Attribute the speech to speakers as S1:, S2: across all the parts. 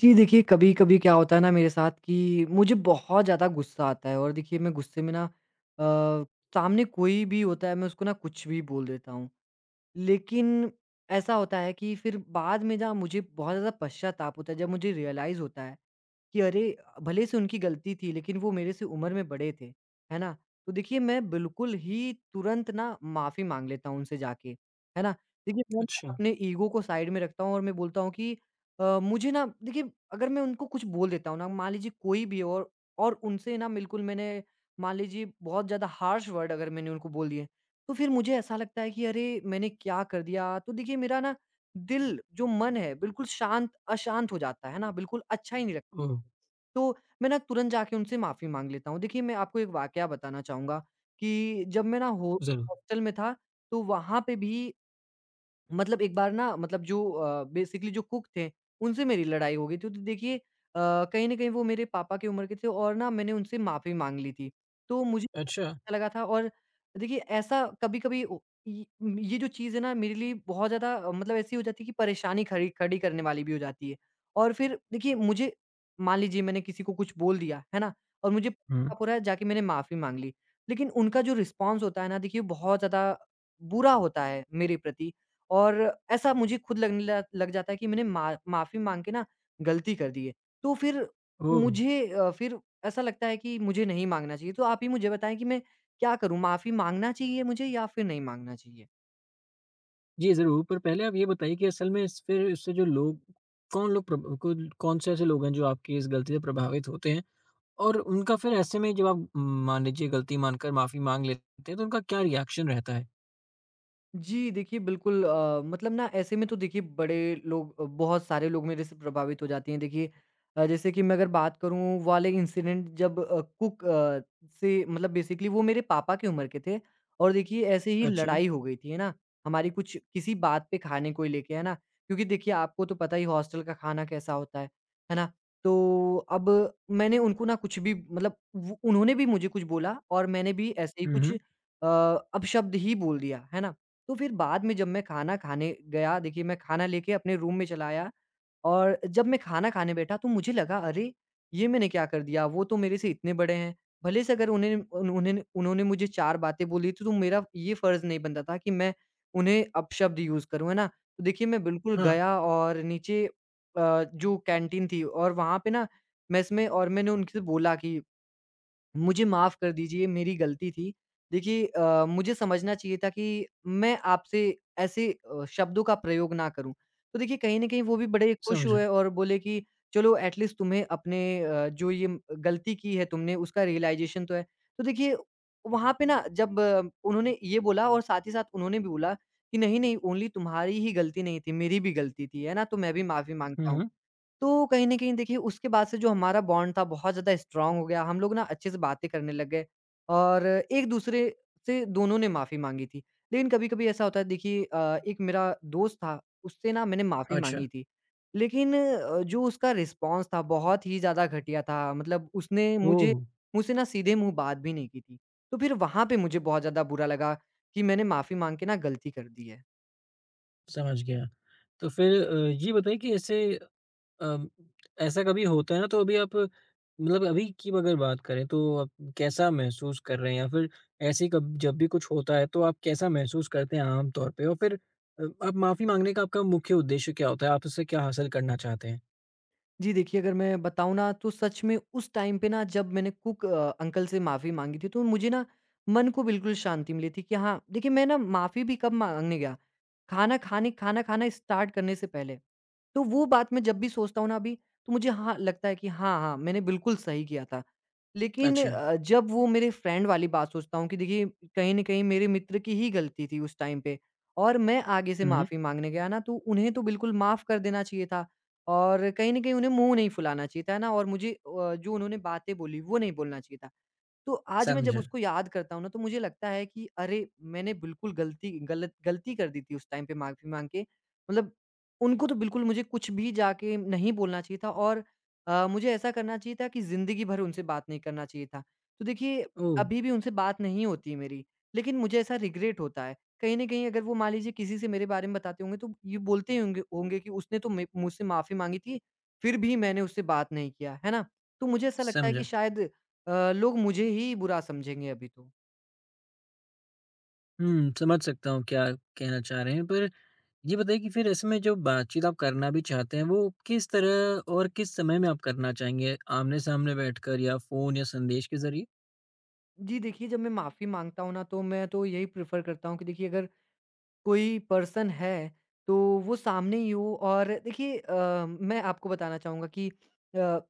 S1: जी, देखिए कभी-कभी क्या होता है ना मेरे साथ कि मुझे बहुत ज़्यादा गुस्सा आता है और देखिए मैं गुस्से में ना अ, सामने कोई भी होता है मैं उसको ना कुछ भी बोल देता हूँ। लेकिन ऐसा होता है कि फिर बाद में ना मुझे बहुत ज़्यादा पश्चाताप होता है जब मुझे रियलाइज़ होता है कि अरे भले से उनकी गलती थी लेकिन वो मेरे से उम्र में बड़े थे, है ना? तो देखिए मैं बिल्कुल ही तुरंत ना माफ़ी माँग लेता हूँ उनसे जाके, है ना? देखिए मैं ना
S2: अच्छा।
S1: अपने ईगो को साइड में रखता हूँ और मैं बोलता हूँ कि मुझे ना देखिए अगर मैं उनको कुछ बोल देता हूँ ना मान लीजिए कोई भी और उनसे ना बिल्कुल मैंने मान लीजिए बहुत ज़्यादा हार्श वर्ड अगर मैंने उनको बोल दिए, तो फिर मुझे ऐसा लगता है कि अरे मैंने क्या कर दिया? तो देखिए मेरा ना दिल जो मन है बिल्कुल शांत अशांत हो जाता है ना? बिल्कुल अच्छा ही नहीं
S2: ओह!
S1: तो मैं ना तुरंत जाके उनसे माफ़ी माँग लेता हूँ। देखिए, मैं आपको एक वाकया बताना चाहूँगा कि जब मैं ना हो
S2: ज़रूर।
S1: हॉस्टल में था, तो वहाँ पे भी मतलब एक बार ना मतलब जो बेसिकली जो कुक थे, उनसे मेरी लड़ाई हो गई थी। तो देखिए कहीं न कहीं वो मेरे पापा की उम्र के थे और ना मैंने उनसे माफ़ी माँग ली थी। तो मुझे
S2: अच्छा।
S1: अच्छा लगा था और देखिए ऐसा कभी-कभी ओ ये ये जो चीज़ है ना मेरे लिए बहुत ज़्यादा मतलब ऐसी हो जाती है कि परेशानी खड़ी खड़ी करने वाली भी हो जाती है। और फिर देखिए मुझे मान लीजिए मैंने किसी को कुछ बोल दिया, है ना? और मुझे
S2: हुँ।
S1: पश्चाताप हो रहा है, जाके मैंने माफ़ी माँग ली। लेकिन उनका जो रिस्पॉन्स होता है ना देखिए बहुत ज़्यादा बुरा होता है मेरे प्रति। और ऐसा मुझे खुद लगने ल लग जाता है कि मैंने मा माफ़ी माँग के ना गलती कर दी है। तो फिर
S2: ओह!
S1: मुझे फिर ऐसा लगता है कि मुझे नहीं माँगना चाहिए। तो आप ही मुझे बताएँ कि मैं क्या करूँ? माफ़ी माँगना चाहिए मुझे या फिर नहीं माँगना चाहिए?
S2: जी, ज़रूर, पर पहले आप ये बताइए कि असल में इस फिर इससे जो लोग कौन से ऐसे लोग हैं जो आपकी इस गलती से प्रभावित होते हैं? और उनका फिर ऐसे में जब आप मान लीजिए गलती मानकर माफ़ी माँग लेते हैं, तो उनका क्या रिएक्शन रहता है?
S1: जी, देखिए बिल्कुल मतलब ना ऐसे में तो देखिए बड़े लोग बहुत सारे लोग मेरे से प्रभावित हो जाते हैं। देखिए जैसे कि मैं अगर बात करूँ वाले इंसिडेंट जब कुक से मतलब बेसिकली वो मेरे पापा की उम्र के थे और देखिए ऐसे ही
S2: अच्छा।
S1: लड़ाई हो गई थी, है ना? हमारी कुछ किसी बात पे खाने को ही लेके, है ना? क्योंकि देखिए आपको तो पता ही हॉस्टल का खाना कैसा होता है ना? तो अब मैंने उनको ना कुछ भी मतलब वो उन्होंने भी मुझे कुछ बोला और मैंने भी ऐसे ही
S2: हुँ,
S1: कुछ
S2: हुँ।
S1: अपशब्द ही बोल दिया, है ना? तो फिर बाद में जब मैं खाना खाने गया देखिए मैं खाना लेके अपने रूम में चला आया और जब मैं खाना खाने बैठा तो मुझे लगा अरे! ये मैंने क्या कर दिया? वो तो मेरे से इतने बड़े हैं। भले से अगर उन्हें उन्होंने उन्होंने मुझे 4 बातें बोली थी तो मेरा ये फ़र्ज़ नहीं बनता था कि मैं उन्हें अपशब्द यूज़ करूँ, है ना? तो देखिए मैं बिल्कुल
S2: हाँ।
S1: गया और नीचे जो कैंटीन थी और वहाँ पे ना मेस में और मैंने उनसे बोला कि मुझे माफ़ कर दीजिए, मेरी गलती थी। देखिए मुझे समझना चाहिए था कि मैं आपसे ऐसे शब्दों का प्रयोग ना करूँ। तो देखिए कहीं न कहीं वो भी बड़े खुश
S2: समझा।
S1: हुए और बोले कि चलो एट लीस्ट तुम्हें अपने जो गलती की है तुमने उसका रियलाइज़ेशन तो है। तो देखिए वहाँ पे ना जब उन्होंने ये बोला और साथ ही साथ उन्होंने भी बोला कि नहीं, नहीं ओनली तुम्हारी ही गलती नहीं थी, मेरी भी गलती थी, है ना? तो मैं भी माफ़ी
S2: हुँ,
S1: माँगता हूँ।
S2: हुँ।
S1: तो कहीं न कहीं देखिए उसके बाद से जो हमारा बॉन्ड था बहुत ज़्यादा स्ट्रॉन्ग हो गया। हम लोग ना अच्छे से बातें करने लग गए और एक-दूसरे से दोनों ने माफ़ी माँगी थी। लेकिन कभी-कभी ऐसा होता है देखिए एक मेरा दोस्त था उससे ना मैंने माफ़ी
S2: अच्छा।
S1: माँगी थी। लेकिन जो उसका रिस्पॉन्स था बहुत ही ज़्यादा घटिया था। मतलब उसने मुझे
S2: ओह!
S1: मुझसे ना सीधे मुँह बात भी नहीं की थी। तो फिर वहाँ पे मुझे बहुत ज़्यादा बुरा लगा कि मैंने माफ़ी माँग के ना गलती कर दी है।
S2: समझ गया। तो फिर ये बताइए कि अम, ऐसा कभी होता है ना, तो अभी आप मतलब अभी की अगर बात करें तो आप कैसा महसूस कर रहे हैं, या फिर ऐसे कब, जब भी कुछ होता है तो आप कैसा महसूस करते हैं आम तौर पे, और फिर आप माफी मांगने का आपका मुख्य उद्देश्य क्या होता है, आप उससे क्या हासिल करना चाहते हैं?
S1: जी, देखिए अगर मैं बताऊँ ना तो सच में उस टाइम पे ना जब मैंने कुक अंकल से माफ़ी माँगी थी तो मुझे ना मन को बिल्कुल शांति मिली थी कि हाँ, देखिए मैं ना माफ़ी भी कब माँगने गया, खाना खाना स्टार्ट करने से पहले। तो वो बात मैं जब भी सोचता हूँ ना अभी तो मुझे हाँ, लगता है कि हाँ, हाँ, मैंने बिल्कुल सही किया था। लेकिन
S2: अच्छा।
S1: जब वो मेरे फ्रेंड वाली बात सोचता हूँ कि देखिए कहीं न कहीं मेरे मित्र की ही गलती थी उस टाइम पे और मैं आगे से
S2: हम्म।
S1: माफ़ी माँगने गया ना तो उन्हें तो बिल्कुल माफ़ कर देना चाहिए था। और कहीं न कहीं उन्हें मुँह नहीं फुलाना चाहिए था ना और मुझे जो उन्होंने बातें बोली, वो नहीं बोलना चाहिए था। तो आज मैं जब
S2: समझा।
S1: उसको याद करता हूँ ना, तो मुझे लगता है कि अरे! मैंने बिल्कुल गलती कर दी थी उस टाइम पे माफ़ी माँग के। मतलब उनको तो बिल्कुल मुझे कुछ भी जाके नहीं बोलना चाहिए था और मुझे ऐसा करना चाहिए था कि ज़िंदगी भर उनसे बात नहीं करना चाहिए था। तो देखिए,
S2: ओह!
S1: अभी भी उनसे बात नहीं होती मेरी, लेकिन मुझे ऐसा रिग्रेट होता है। कहीं न कहीं अगर वो मान लीजिए किसी से मेरे बारे में बताते होंगे, तो ये बोलते ही होंगे होंगे कि उसने तो मे मुझसे माफ़ी माँगी थी, फिर भी मैंने उससे बात नहीं किया। है ना? तो मुझे ऐसा लगता है कि
S2: समझा।
S1: शायद लोग मुझे ही बुरा समझेंगे अभी तो।
S2: हम्म। समझ सकता हूँ क्या कहना चाह रहे हैं, पर ये बताइए कि फिर ऐसे में जो बातचीत आप करना भी चाहते हैं वो किस तरह और किस समय में आप करना चाहेंगे, आमने सामने बैठकर या फोन या संदेश के जरिए?
S1: जी देखिए, जब मैं माफ़ी माँगता हूँ ना तो मैं तो यही प्रेफ़र करता हूँ कि देखिए अगर कोई पर्सन है, तो वो सामने ही हो और देखिए मैं आपको बताना चाहूँगा कि अ,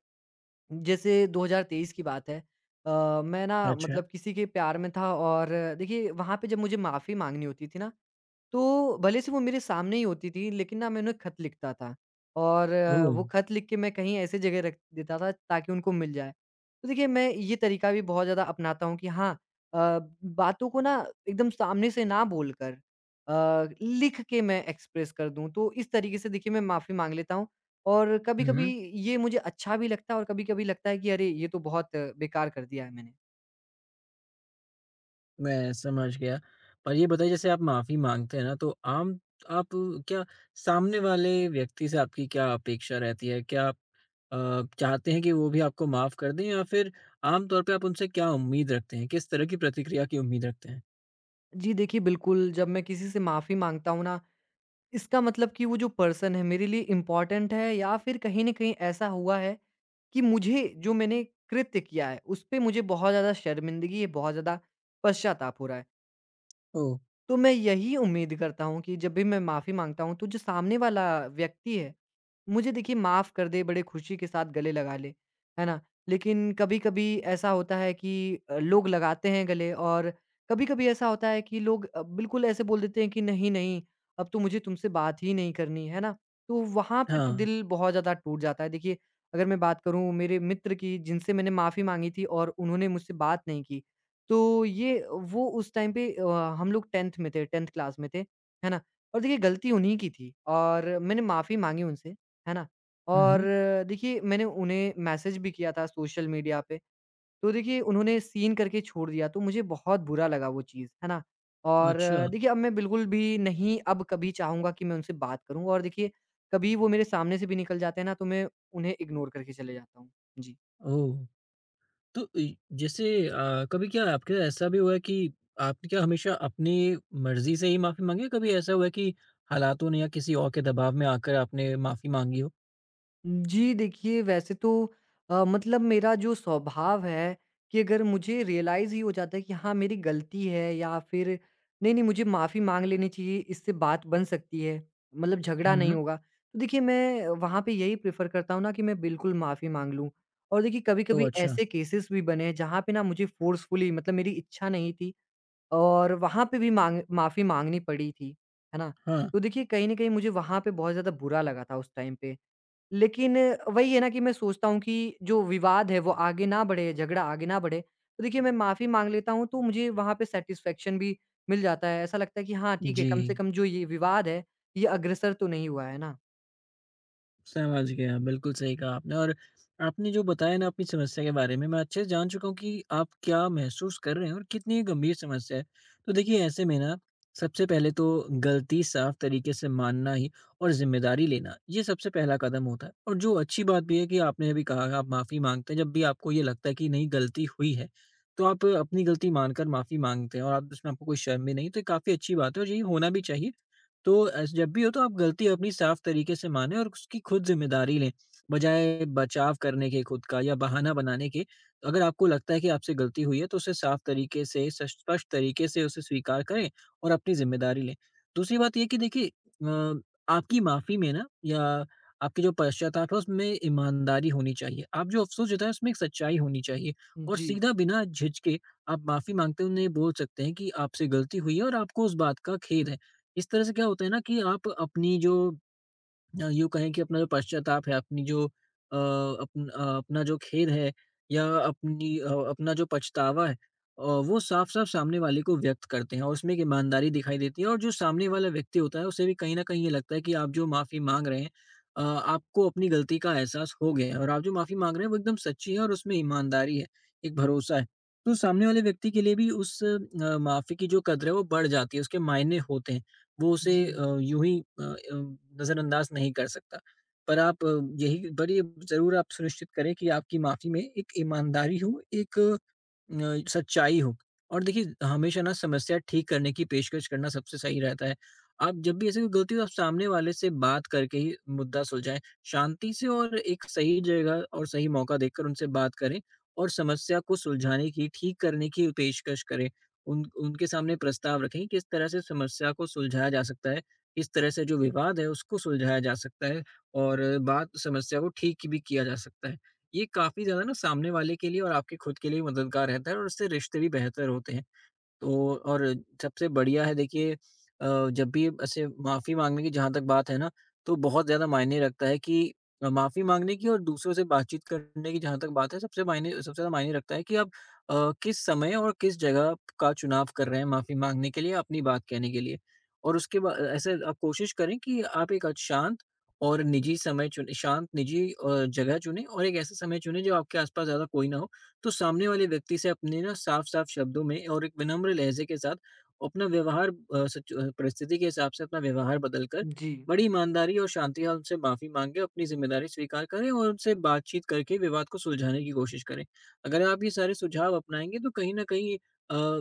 S1: जैसे 2023 की बात है मैं ना
S2: अच्छा।
S1: मतलब किसी के प्यार में था और देखिए वहाँ पे जब मुझे माफ़ी माँगनी होती थी ना तो भले से वो मेरे सामने ही होती थी, लेकिन ना मैं उन्हें खत लिखता था और
S2: ओह!
S1: वो खत लिख के मैं कहीं ऐसी जगह रख देता था ताकि उनको मिल जाए। तो देखिए मैं ये तरीका भी बहुत ज़्यादा अपनाता हूँ कि हाँ अ, बातों को ना एकदम सामने से ना बोलकर लिख के मैं एक्सप्रेस कर दूँ। तो इस तरीके से देखिए मैं माफ़ी माँग लेता हूँ और
S2: हुँ,
S1: कभी-कभी
S2: हुँ।
S1: ये मुझे अच्छा भी लगता है और कभी-कभी लगता है कि अरे! ये तो बहुत बेकार कर दिया है मैंने।
S2: मैं समझ गया। पर ये बताइए, जैसे आप माफ़ी माँगते हैं ना तो आम आप क्या सामने वाले व्यक्ति से आपकी क्या अपेक्षा रहती है? क्या आप चाहते हैं कि वो भी आपको माफ़ कर दें, या फिर आम तौर पे आप उनसे क्या उम्मीद रखते हैं? किस तरह की प्रतिक्रिया की उम्मीद रखते हैं?
S1: जी देखिए बिल्कुल, जब मैं किसी से माफ़ी माँगता हूँ ना इसका मतलब कि वो जो पर्सन है मेरे लिए इम्पोर्टेंट है या फिर कहीं न कहीं ऐसा हुआ है कि मुझे जो मैंने कृत्य किया है, उस पे मुझे बहुत ज़्यादा शर्मिंदगी है, बहुत ज़्यादा पश्चाताप हो रहा है।
S2: ओह!
S1: तो मैं यही उम्मीद करता हूँ कि जब भी मैं माफ़ी माँगता हूँ, तो जो सामने वाला व्यक्ति है, मुझे देखिए माफ़ कर दे, बड़े खुशी के साथ गले लगा ले, है ना? लेकिन कभी-कभी ऐसा होता है कि लोग लगाते हैं गले और कभी-कभी ऐसा होता है कि लोग बिल्कुल ऐसे बोल देते हैं कि नहीं, नहीं, अब तो मुझे तुमसे बात ही नहीं करनी, है ना? तो वहाँ पे तो
S2: हाँ।
S1: दिल बहुत ज़्यादा टूट जाता है। देखिए, अगर मैं बात करूँ मेरे मित्र की जिनसे मैंने माफ़ी माँगी थी और उन्होंने मुझसे बात नहीं की, तो ये वो उस टाइम पे हम लोग 10th में थे 10th क्लास में थे, है ना? और देखिए गलती उन्हीं की थी और मैंने माफ़ी माँगी उनसे, है ना?
S2: हुँ,
S1: और
S2: हुँ।
S1: देखिए मैंने उन्हें मैसेज भी किया था सोशल मीडिया पे, तो देखिए उन्होंने सीन करके छोड़ दिया तो मुझे बहुत बुरा लगा वो चीज़, है ना? और
S2: अच्छा।
S1: देखिए अब मैं बिल्कुल भी नहीं अब कभी चाहूँगा कि मैं उनसे बात करूँ और देखिए कभी वो मेरे सामने से भी निकल जाते हैं ना तो मैं उन्हें इग्नोर करके चले जाता हूँ। जी।
S2: ओह! तो इ जैसे कभी क्या आपके साथ ऐसा भी हुआ है कि आपने क्या हमेशा अपनी मर्ज़ी से ही माफ़ी माँगी है? कभी ऐसा हुआ है कि हालातों ने या किसी और के दबाव में आकर आपने माफ़ी माँगी हो?
S1: जी, देखिए वैसे तो मतलब मेरा जो स्वभाव है कि अगर मुझे रियलाइज़ ही हो जाता है कि हाँ, मेरी गलती है या फिर नहीं-नहीं मुझे माफ़ी माँग लेनी चाहिए, इससे बात बन सकती है, मतलब झगड़ा
S2: हुँ,
S1: नहीं
S2: हुँ।
S1: होगा। तो देखिए मैं वहाँ पे यही प्रेफ़र करता हूँ ना कि मैं बिल्कुल माफ़ी माँग लूँ। और देखिए
S2: ओह!
S1: कभी-कभी
S2: अच्छा।
S1: ऐसे केसेस भी बने हैं जहाँ पे ना मुझे फ़ोर्सफुली मतलब मेरी इच्छा नहीं थी और वहाँ पे भी माँग माफ़ी माँगनी पड़ी थी, है ना?
S2: हाँ।
S1: तो देखिए कहीं न कहीं मुझे वहाँ पे बहुत ज़्यादा बुरा लगा था उस टाइम पे। लेकिन वही है ना कि मैं सोचता हूँ कि जो विवाद है वो आगे ना बढ़े, झगड़ा आगे ना बढ़े। तो देखिए मैं माफ़ी माँग लेता हूँ तो मुझे वहाँ पे सैटिस्फैक्शन भी मिल जाता है। ऐसा लगता है कि हाँ ठीक है,
S2: जी।
S1: कम से कम जो ये विवाद है, ये अग्रसर तो नहीं हुआ है ना।
S2: समझ गया, बिल्कुल सही कहा आपने। और आपने जो बताया ना अपनी समस्या के बारे में, मैं अच्छे से जान चुका हूँ कि आप क्या महसूस कर रहे हैं और कितनी ये गंभीर समस्या है। तो देखिए ऐसे में ना, सबसे पहले तो गलती साफ तरीके से मानना ही और ज़िम्मेदारी लेना, ये सबसे पहला कदम होता है। और जो अच्छी बात भी है कि आपने अभी कहा आप माफ़ी माँगते हैं जब भी आपको ये लगता है कि नहीं, गलती हुई है, तो आप अपनी गलती मानकर माफ़ी माँगते हैं और आप उसमें आपको कोई शर्म भी नहीं, तो ये काफ़ी अच्छी बात है और यही होना भी चाहिए। तो ऐस जब भी हो तो आप गलती अपनी साफ तरीके से मानें और उसकी खुद ज़िम्मेदारी लें, बजाय बचाव करने के खुद का या बहाना बनाने के। अगर आपको लगता है कि आपसे गलती हुई है, तो उसे साफ तरीके से, स स्पष्ट तरीके से उसे स्वीकार करें और अपनी ज़िम्मेदारी लें। दूसरी बात ये है कि देखिए अ, आपकी माफ़ी में ना, या आपके जो पश्चाताप है उसमें ईमानदारी होनी चाहिए। आप जो अफ़सोस जताएँ उसमें एक सच्चाई होनी चाहिए और
S1: जी,
S2: सीधा बिना झिझके आप माफ़ी माँगते हुए उन्हें बोल सकते हैं कि आपसे गलती हुई है और आपको उस बात का खेद है। इस तरह से क्या होता है ना कि आप अपनी जो यूँ कहें कि अपना जो पश्चाताप है, अपनी जो अ, अपन अ, अपना जो खेद है, अपना जो पछतावा है, वो साफ-साफ सामने वाले को व्यक्त करते हैं और उसमें एक ईमानदारी दिखाई देती है, और जो सामने वाला व्यक्ति होता है, उसे भी कहीं न कहीं ये लगता है कि आप जो माफ़ी माँग रहे हैं, आपको अपनी गलती का एहसास हो गया है और आप जो माफ़ी माँग रहे हैं, वो एकदम सच्ची है और उसमें ईमानदारी है, एक भरोसा है। तो सामने वाले व्यक्ति के लिए भी उस माफ़ी की जो कदर है, वो बढ़ जाती है, उसके मायने होते हैं। वो उसे
S1: जी,
S2: अ, यूँ ही अ अ, नज़रअंदाज नहीं कर सकता। पर आप, अ, यही पर ये ज़रूर आप सुनिश्चित करें कि आपकी माफ़ी में एक ईमानदारी हो, एक सच्चाई हो। और देखिए हमेशा ना समस्या ठीक करने की पेशकश करना सबसे सही रहता है। आप जब भी ऐसी कोई गलती हो आप सामने वाले से बात करके ही मुद्दा सुलझाएँ। शांति से और एक सही जगह और सही मौका देखकर उनसे बात करें और समस्या को सुलझाने की, ठीक करने की पेशकश करें। उन उनके सामने प्रस्ताव रखें, किस तरह से समस्या को सुलझाया जा सकता है, किस तरह से जो विवाद है उसको सुलझाया जा सकता है और बात समस्या को ठीक भी किया जा सकता है। ये काफ़ी ज़्यादा ना सामने वाले के लिए और आपके खुद के लिए मददगार रहता है और उससे रिश्ते भी बेहतर होते हैं। तो और सबसे बढ़िया है, देखिए जब भी ऐसे माफ़ी माँगने की जहाँ तक बात है ना, तो बहुत ज़्यादा मायने रखता है कि माफ़ी माँगने की और दूसरों से बातचीत करने की जहाँ तक बात है, सबसे ज़्यादा मायने रखता है कि आप किस समय और किस जगह का चुनाव कर रहे हैं माफ़ी माँगने के लिए, अपनी बात कहने के लिए। और उसके बा ऐसे आप कोशिश करें कि आप एक शांत और निजी समय चुनें, शांत, निजी जगह चुनें और एक ऐसा समय चुनें जो आपके आस-पास ज़्यादा कोई ना हो। तो सामने वाले व्यक्ति से अपने ना साफ-साफ शब्दों में और एक विनम्र लहज़े के साथ अपना व्यवहार परिस्थिति के हिसाब से अपना व्यवहार बदलकर
S1: जी।
S2: बड़ी ईमानदारी और शांति से उनसे माफ़ी माँगे, अपनी ज़िम्मेदारी स्वीकार करें और उनसे बातचीत करके विवाद को सुलझाने की कोशिश करें। अगर आप ये सारे सुझाव अपनाएँगे तो कहीं न कहीं अ,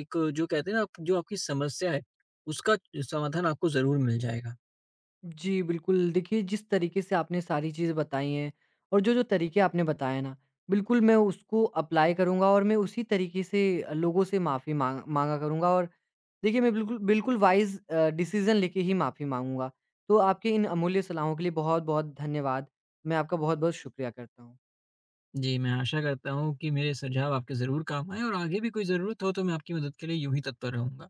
S2: एक जो कहते हैं ना, आप जो आपकी समस्या है, उसका समाधान आपको ज़रूर मिल जाएगा।
S1: जी, बिल्कुल देखिए जिस तरीके से आपने सारी चीज़ें बताई हैं और जो-जो तरीके आपने बताए ना, बिल्कुल मैं उसको अप्लाई करूँगा और मैं उसी तरीके से लोगों से माफ़ी माँग माँगा करूँगा और देखिए, मैं बिल्कुल बिल्कुल वाइज़ डिसीज़न लेके ही माफ़ी माँगूँगा। तो आपके इन अमूल्य सलाहों के लिए बहुत-बहुत धन्यवाद। मैं आपका बहुत-बहुत शुक्रिया करता हूँ।
S2: जी, मैं आशा करता हूँ कि मेरे सुझाव आपके ज़रूर काम आएँ और आगे भी कोई ज़रूरत हो तो मैं आपकी मदद के लिए यूँ ही तत्पर रहूँगा।